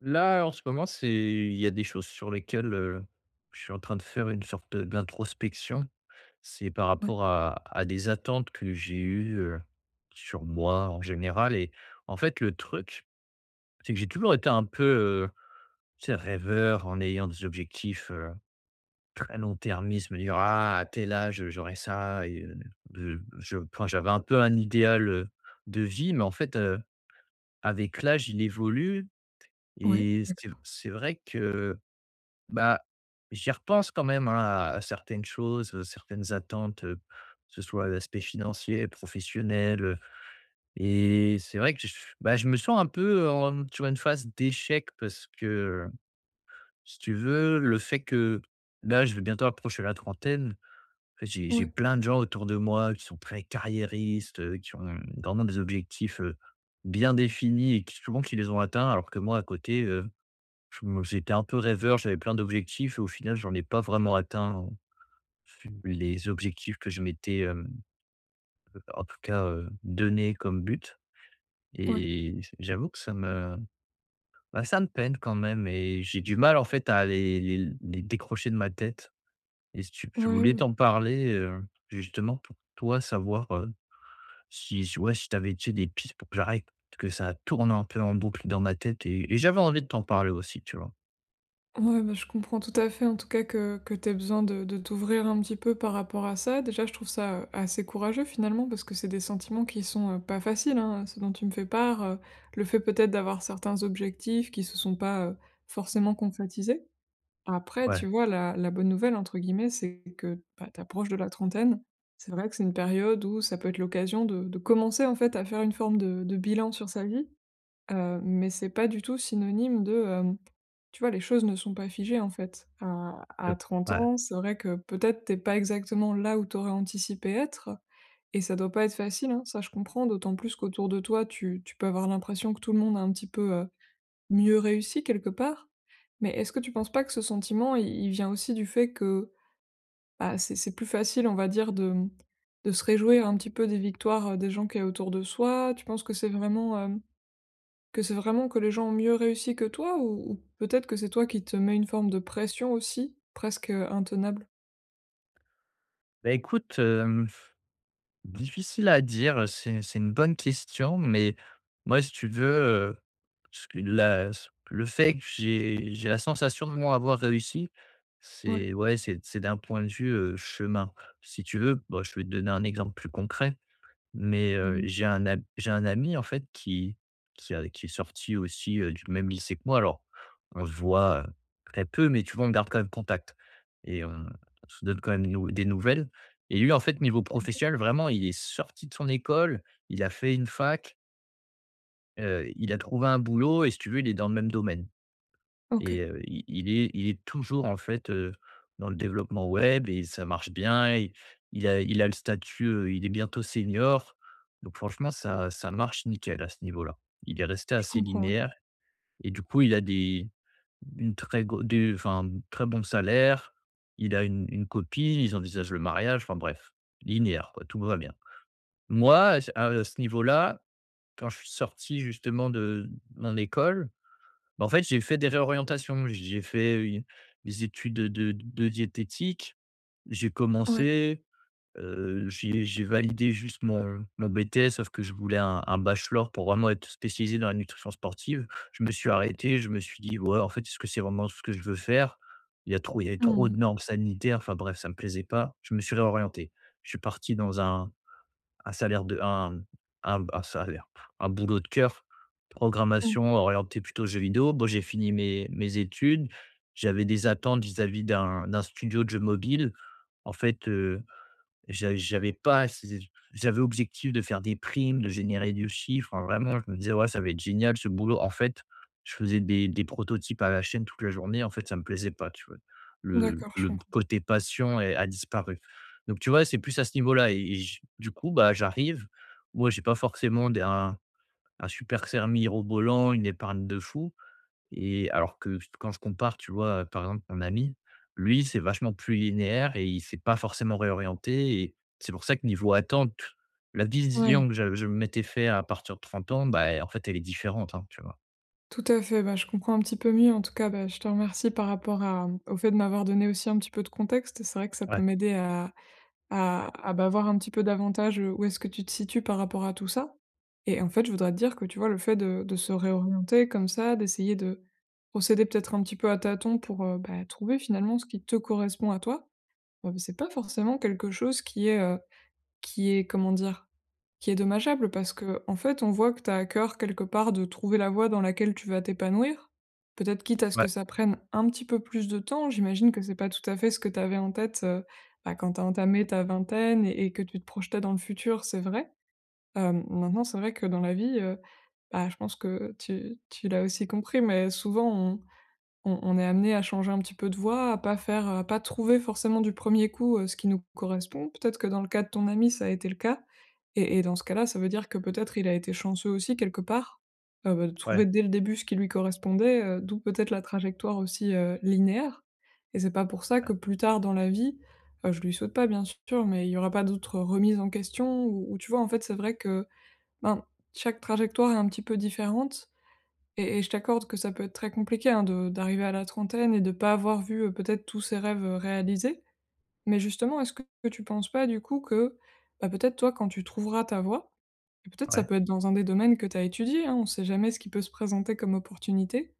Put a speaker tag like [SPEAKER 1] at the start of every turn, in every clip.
[SPEAKER 1] Là, en ce moment, c'est il y a des choses sur lesquelles, je suis en train de faire une sorte d'introspection. C'est par
[SPEAKER 2] Ouais,
[SPEAKER 1] rapport à des attentes que j'ai eues, sur moi en général. Et en fait, le truc, c'est que j'ai toujours été un peu, tu sais, rêveur en ayant des objectifs, très long-termistes, me dire: «Ah, à tel âge, j'aurai ça», et de je enfin, j'avais un peu un idéal, de vie. Mais en fait, avec l'âge, il évolue,
[SPEAKER 2] ouais,
[SPEAKER 1] et c'est
[SPEAKER 2] d'accord.
[SPEAKER 1] c'est vrai que, bah, j'y repense quand même, hein, à certaines choses, certaines attentes, que ce soit l'aspect financier, professionnel, et c'est vrai que, je bah, je me sens un peu en sur une phase d'échec, parce que, si tu veux, le fait que là, je vais bientôt approcher la trentaine, j'ai
[SPEAKER 2] Ouais,
[SPEAKER 1] plein de gens autour de moi qui sont très carriéristes, qui ont vraiment des objectifs, bien définis, et qui souvent qui les ont atteints, alors que moi à côté, je me j'étais un peu rêveur, j'avais plein d'objectifs, et au final, j'en ai pas vraiment atteint les objectifs que je m'étais, en tout cas, donné comme but.
[SPEAKER 2] ouais,
[SPEAKER 1] Et j'avoue que ça me bah, ça me peine quand même, et j'ai du mal, en fait, à les décrocher de ma tête. Et si tu je
[SPEAKER 2] ouais,
[SPEAKER 1] voulais t'en parler, justement pour toi savoir, Si j ouais, si t'avais, tu sais, des pistes pour que j'arrête, parce que ça tourne un peu en boucle dans ma tête, et j'avais envie de t'en parler aussi, tu vois?
[SPEAKER 2] ouais, bah, je comprends tout à fait en tout cas que tu besoin de t'ouvrir un petit peu par rapport à ça. Déjà, je trouve ça, assez courageux finalement parce que c'est des sentiments qui sont, pas faciles, hein, ce dont tu me fais part, le fait peut-être d'avoir certains objectifs qui se sont pas, forcément concrétisés. Après, tu
[SPEAKER 1] Ouais,
[SPEAKER 2] vois, la «bonne nouvelle» entre guillemets, c'est que, bah, tu approches de la trentaine. C'est vrai que c'est une période où ça peut être l'occasion de commencer en fait à faire une forme de bilan sur sa vie. Mais c'est pas du tout synonyme de, tu vois, les choses ne sont pas figées, en fait. À
[SPEAKER 1] heu,
[SPEAKER 2] à 30
[SPEAKER 1] ouais.
[SPEAKER 2] ans, c'est vrai que peut-être t'es pas exactement là où t'aurais anticipé être et ça doit pas être facile, hein, ça je comprends, d'autant plus qu'autour de toi, tu peux avoir l'impression que tout le monde a un petit peu, mieux réussi quelque part. Mais est-ce que tu penses pas que ce sentiment, il vient aussi du fait que, bah, c'est plus facile, on va dire, de, de se réjouir un petit peu des victoires, des gens qui est autour de soi? Tu penses que c'est vraiment, que c'est vraiment que les gens ont mieux réussi que toi ou peut-être que c'est toi qui te mets une forme de pression aussi, presque, intenable?
[SPEAKER 1] Bah, écoute, hem difficile à dire, c'est une bonne question, mais moi, si tu veux, heu, ce que la le fait que j'ai la sensation de moi avoir réussi,
[SPEAKER 2] Ouais,
[SPEAKER 1] c'est, ouais, c'est d'un point de vue, chemin. Si tu veux, bon, je vais te donner un exemple plus concret. Mais,
[SPEAKER 2] j'ai
[SPEAKER 1] j'ai un ami en fait qui est sorti aussi, du même lycée que moi. Alors, on se voit, très peu, mais tu vois, on garde quand même contact, et on se donne quand même nou des nouvelles, et lui, en fait, niveau professionnel, vraiment, il est sorti de son école, il a fait une fac, il a trouvé un boulot, et si tu veux, il est dans le même domaine. Et
[SPEAKER 2] OK,
[SPEAKER 1] il est toujours, en fait, dans le développement web, et ça marche bien, et il a le statut, il est bientôt senior. Donc franchement, ça marche nickel à ce niveau-là. Il est resté
[SPEAKER 2] je
[SPEAKER 1] assez
[SPEAKER 2] comprends, ouais.
[SPEAKER 1] linéaire, et du coup, il a des une très gros des enfin, un très bon salaire. Il a une copine, ils envisagent le mariage, enfin bref, linéaire, quoi, tout va bien. Moi, à ce niveau-là, quand je suis sorti justement de mon école, bah, en fait, j'ai fait des réorientations. J'ai fait, des études de diététique. J'ai
[SPEAKER 2] Ouais.
[SPEAKER 1] commencé, j'ai validé juste mon BTS, sauf que je voulais un bachelor pour vraiment être spécialisé dans la nutrition sportive. Je me suis arrêté, je me suis dit: «Ouais, en fait, est-ce que c'est vraiment ce que je veux faire?» Il y avait trop
[SPEAKER 2] Mmh.
[SPEAKER 1] de normes sanitaires, enfin bref, ça ne me plaisait pas. Je me suis réorienté. Je suis parti dans un salaire de un salaire, un boulot de cœur,
[SPEAKER 2] Mmh.
[SPEAKER 1] programmation orientée plutôt jeux vidéo. Bon, j'ai fini mes études. J'avais des attentes vis-à-vis d'un studio de jeux mobiles. En fait, J'a j'avais pas c'est j'avais objectif de faire des primes, de générer du chiffre, enfin, vraiment, je me disais: «Ouais, ça va être génial ce boulot». En fait, je faisais des prototypes à la chaîne toute la journée. En fait, ça me plaisait pas, tu vois? Le
[SPEAKER 2] D'accord, je
[SPEAKER 1] le
[SPEAKER 2] comprends.
[SPEAKER 1] côté passion est a disparu. Donc tu vois, c'est plus à ce niveau-là, et j du coup, bah, j'arrive, moi, j'ai pas forcément des un super salaire mirobolant, une épargne de fou, et alors que quand je compare, tu vois, par exemple, mon ami, lui, c'est vachement plus linéaire, et il s'est pas forcément réorienté, et c'est pour ça que niveau attente, la
[SPEAKER 2] Ouais,
[SPEAKER 1] vision que je m'étais fait à partir de 30 ans, bah, en fait, elle est différente, hein, tu vois?
[SPEAKER 2] tout à fait, bah, je comprends un petit peu mieux en tout cas, bah, je te remercie par rapport à, au fait de m'avoir donné aussi un petit peu de contexte. C'est vrai que ça
[SPEAKER 1] Ouais,
[SPEAKER 2] peut m'aider à À à bah, voir un petit peu davantage, où est-ce que tu te situes par rapport à tout ça? Et en fait, je voudrais te dire que, tu vois, le fait de se réorienter comme ça, d'essayer de procéder peut-être un petit peu à tâtons pour, bah, trouver finalement ce qui te correspond à toi, c'est pas forcément quelque chose qui est, comment dire? Qui est dommageable parce que en fait, on voit que tu as à cœur quelque part de trouver la voie dans laquelle tu vas t'épanouir. Peut-être quitte à ce
[SPEAKER 1] ouais,
[SPEAKER 2] que ça prenne un petit peu plus de temps. J'imagine que c'est pas tout à fait ce que tu avais en tête, bah, quand tu as entamé ta vingtaine et que tu te projetais dans le futur, c'est vrai. Maintenant, c'est vrai que dans la vie, bah, je pense que tu l'as aussi compris, mais souvent on est amené à changer un petit peu de voie, à pas faire, à pas trouver forcément du premier coup, ce qui nous correspond. Peut-être que dans le cas de ton ami, ça a été le cas et dans ce cas-là, ça veut dire que peut-être il a été chanceux aussi quelque part, bah, de
[SPEAKER 1] ouais,
[SPEAKER 2] trouver dès le début ce qui lui correspondait, d'où peut-être la trajectoire aussi, linéaire et c'est pas pour ça que plus tard dans la vie, je lui souhaite pas bien sûr, mais il y aura pas d'autres remises en question ou tu vois? En fait, c'est vrai que, ben, chaque trajectoire est un petit peu différente et je t'accorde que ça peut être très compliqué, hein, de d'arriver à la trentaine et de pas avoir vu, peut-être tous ses rêves, réalisés. Mais justement, est-ce que tu penses pas du coup que, bah, peut-être toi quand tu trouveras ta voie et peut-être ça
[SPEAKER 1] ouais.
[SPEAKER 2] peut être dans un des domaines que tu as étudié, hein, on sait jamais ce qui peut se présenter comme opportunité,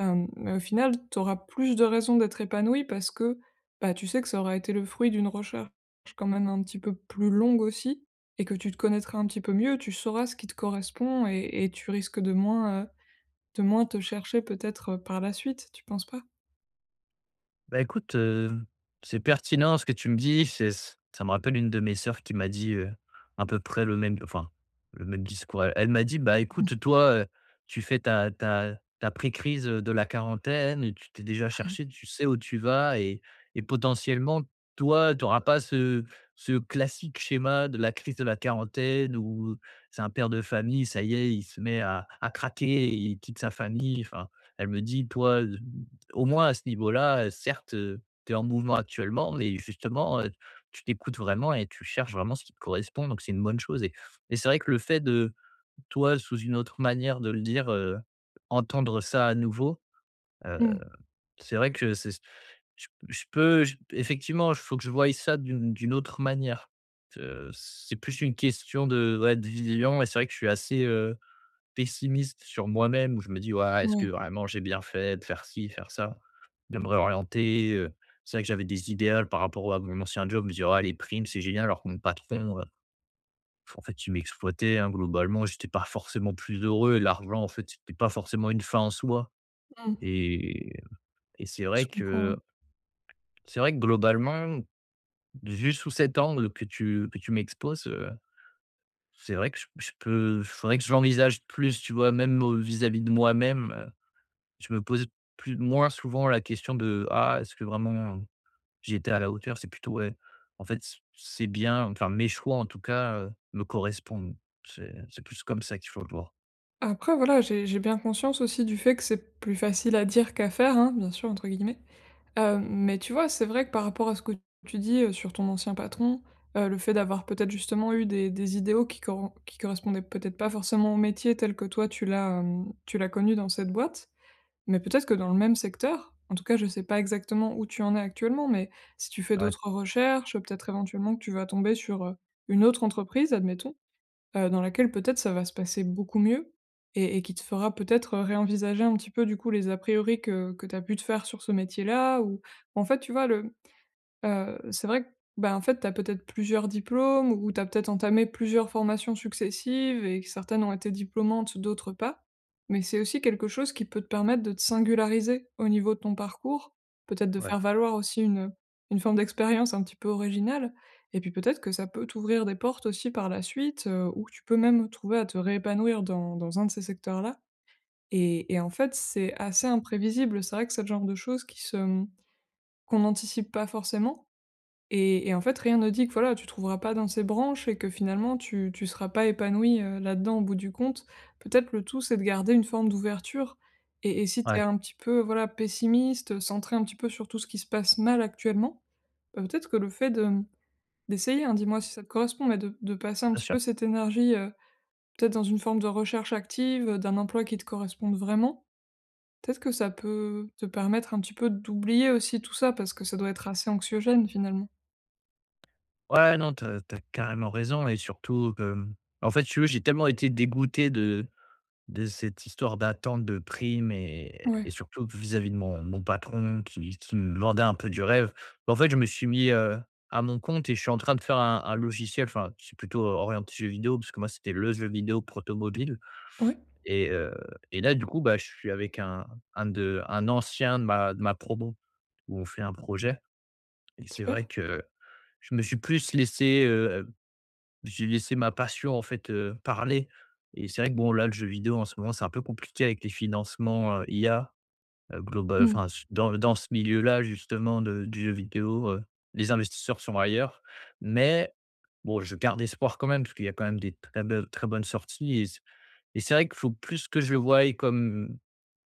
[SPEAKER 2] mais au final, tu auras plus de raisons d'être épanoui parce que, bah, tu sais que ça aura été le fruit d'une recherche quand même un petit peu plus longue aussi et que tu te connaîtras un petit peu mieux, tu sauras ce qui te correspond et tu risques de moins te chercher peut-être, par la suite, tu penses pas?
[SPEAKER 1] Bah, écoute, c'est pertinent ce que tu me dis, c'est ça me rappelle une de mes sœurs qui m'a dit, à peu près le même enfin, le même discours. Elle m'a dit: «Bah, écoute, toi, tu fais ta pré-crise de la quarantaine, et tu t'es déjà cherché, tu sais où tu vas, et potentiellement, toi, tu auras pas ce classique schéma de la crise de la quarantaine où c'est un père de famille, ça y est, il se met à craquer, il quitte sa famille». Enfin, elle me dit: «Toi, au moins à ce niveau-là, certes, tu es en mouvement actuellement, mais justement, tu t'écoutes vraiment et tu cherches vraiment ce qui te correspond, donc c'est une bonne chose, et c'est vrai que le fait de toi, sous une autre manière de le dire, entendre ça à nouveau, heu,
[SPEAKER 2] Mmh.
[SPEAKER 1] c'est vrai que, c'est je peux j effectivement, il faut que je voie ça d'une autre manière. C'est plus une question de, ouais, de vision, et c'est vrai que je suis assez, pessimiste sur moi-même, où je me dis: «Ouais, est-ce que
[SPEAKER 2] Ouais.
[SPEAKER 1] vraiment j'ai bien fait de faire ci, faire ça?» De me réorienter, c'est vrai que j'avais des idéals par rapport à mon ancien job, je me disais: «Ah, les primes c'est génial», alors que mon patron, en fait, il m'exploitait, hein, globalement, j'étais pas forcément plus heureux, et l'argent, en fait, c'était pas forcément une fin en soi,
[SPEAKER 2] Mmh.
[SPEAKER 1] et et c'est
[SPEAKER 2] Je
[SPEAKER 1] vrai
[SPEAKER 2] comprends, ouais.
[SPEAKER 1] que c'est vrai que globalement, vu sous cet angle que tu m'exposes, c'est vrai que je peux il faudrait que je l'envisage plus, tu vois? Même, vis-à-vis de moi-même, je me pose plus moins souvent la question de: «Ah, est-ce que vraiment...» J'ai été à la hauteur, c'est plutôt, ouais, en fait, c'est bien, enfin, mes choix en tout cas, me correspondent. C'est plus comme ça qu'il faut le voir.
[SPEAKER 2] Après voilà, j'ai bien conscience aussi du fait que c'est «plus facile à dire qu'à faire», hein, bien sûr, entre guillemets. Mais tu vois, c'est vrai que par rapport à ce que tu dis, sur ton ancien patron, le fait d'avoir peut-être justement eu des idéaux qui correspondaient peut-être pas forcément au métier tel que toi tu l'as, tu l'as connu dans cette boîte. Mais peut-être que dans le même secteur, en tout cas, je sais pas exactement où tu en es actuellement, mais si tu fais
[SPEAKER 1] Ouais,
[SPEAKER 2] d'autres recherches, peut-être éventuellement que tu vas tomber sur, une autre entreprise, admettons, dans laquelle peut-être ça va se passer beaucoup mieux et qui te fera peut-être, réenvisager un petit peu, du coup, les a priori que tu as pu te faire sur ce métier-là ou en fait, tu vois, le C'est vrai que, bah, en fait, tu as peut-être plusieurs diplômes ou tu as peut-être entamé plusieurs formations successives et que certaines ont été diplômantes, d'autres pas. Mais c'est aussi quelque chose qui peut te permettre de te singulariser au niveau de ton parcours, peut-être de
[SPEAKER 1] ouais,
[SPEAKER 2] faire valoir aussi une forme d'expérience un petit peu originale et puis peut-être que ça peut t'ouvrir des portes aussi par la suite, ou que tu peux même trouver à te réépanouir dans un de ces secteurs-là et en fait, c'est assez imprévisible. C'est vrai que c'est le genre de choses qui se, qu'on n'anticipe pas forcément et en fait, rien ne dit que voilà, tu trouveras pas dans ces branches et que finalement tu seras pas épanoui, là-dedans au bout du compte. Peut-être le tout, c'est de garder une forme d'ouverture et si tu es
[SPEAKER 1] ouais,
[SPEAKER 2] un petit peu, voilà, pessimiste, centré un petit peu sur tout ce qui se passe mal actuellement, bah, peut-être que le fait de, d'essayer, hein, dis-moi si ça te correspond, mais de passer un
[SPEAKER 1] bien
[SPEAKER 2] petit
[SPEAKER 1] sûr.
[SPEAKER 2] peu cette énergie, peut-être dans une forme de recherche active, d'un emploi qui te corresponde vraiment, peut-être que ça peut te permettre un petit peu d'oublier aussi tout ça parce que ça doit être assez anxiogène finalement.
[SPEAKER 1] Ouais, non, t'as as carrément raison, et surtout que, en fait, si tu veux, j'ai tellement été dégoûté de cette histoire d'attente de prime, et
[SPEAKER 2] Ouais,
[SPEAKER 1] et surtout vis-à-vis de mon patron qui me vendait un peu du rêve. En fait, je me suis mis, à mon compte, et je suis en train de faire un logiciel, enfin, c'est plutôt orienté jeu vidéo parce que moi, c'était le jeu vidéo protomobile.
[SPEAKER 2] ouais,
[SPEAKER 1] Et heu et là, du coup, bah, je suis avec un ancien de ma promo où on fait un projet, et c'est vrai
[SPEAKER 2] super.
[SPEAKER 1] que je me suis plus laissé, j'ai laissé ma passion, en fait, parler. Et c'est vrai que, bon, là, le jeu vidéo, en ce moment, c'est un peu compliqué avec les financements, IA, global
[SPEAKER 2] Mmh.
[SPEAKER 1] enfin, s dans dans ce milieu-là, justement, de du jeu vidéo, les investisseurs sont ailleurs. Mais bon, je garde espoir quand même parce qu'il y a quand même des très bonnes sorties, et c'est vrai qu'il faut plus que je le voie comme...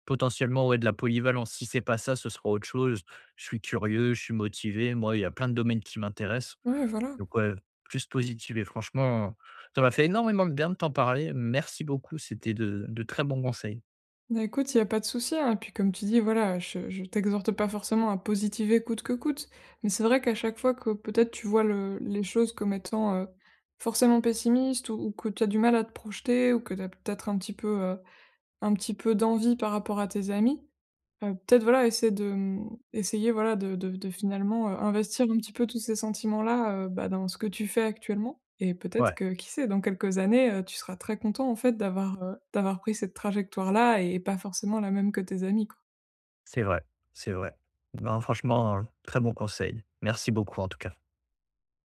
[SPEAKER 1] Potentiellement, ouais, de la polyvalence. Si c'est pas ça, ce sera autre chose. Je suis curieux, je suis motivé. Moi, il y a plein de domaines qui m'intéressent.
[SPEAKER 2] Ouais, voilà.
[SPEAKER 1] Donc ouais, plus positif, et franchement, ça m'a fait énormément de bien de t'en parler. Merci beaucoup. C'était de très bons conseils.
[SPEAKER 2] Bah, écoute, il y a pas de souci, hein, et puis comme tu dis, voilà, je t'exhorte pas forcément à positiver coûte que coûte, mais c'est vrai qu'à chaque fois que peut-être tu vois le les choses comme étant, forcément pessimiste ou que tu as du mal à te projeter ou que tu as peut-être un petit peu d'envie par rapport à tes amis, peut-être voilà essayer de, essayer voilà de finalement, investir un petit peu tous ces sentiments-là, bah, dans ce que tu fais actuellement et peut-être
[SPEAKER 1] Ouais,
[SPEAKER 2] que qui sait dans quelques années, tu seras très content en fait d'avoir, d'avoir pris cette trajectoire-là et pas forcément la même que tes amis, quoi.
[SPEAKER 1] c'est vrai, c'est vrai. Non, franchement, très bon conseil. Merci beaucoup en tout cas.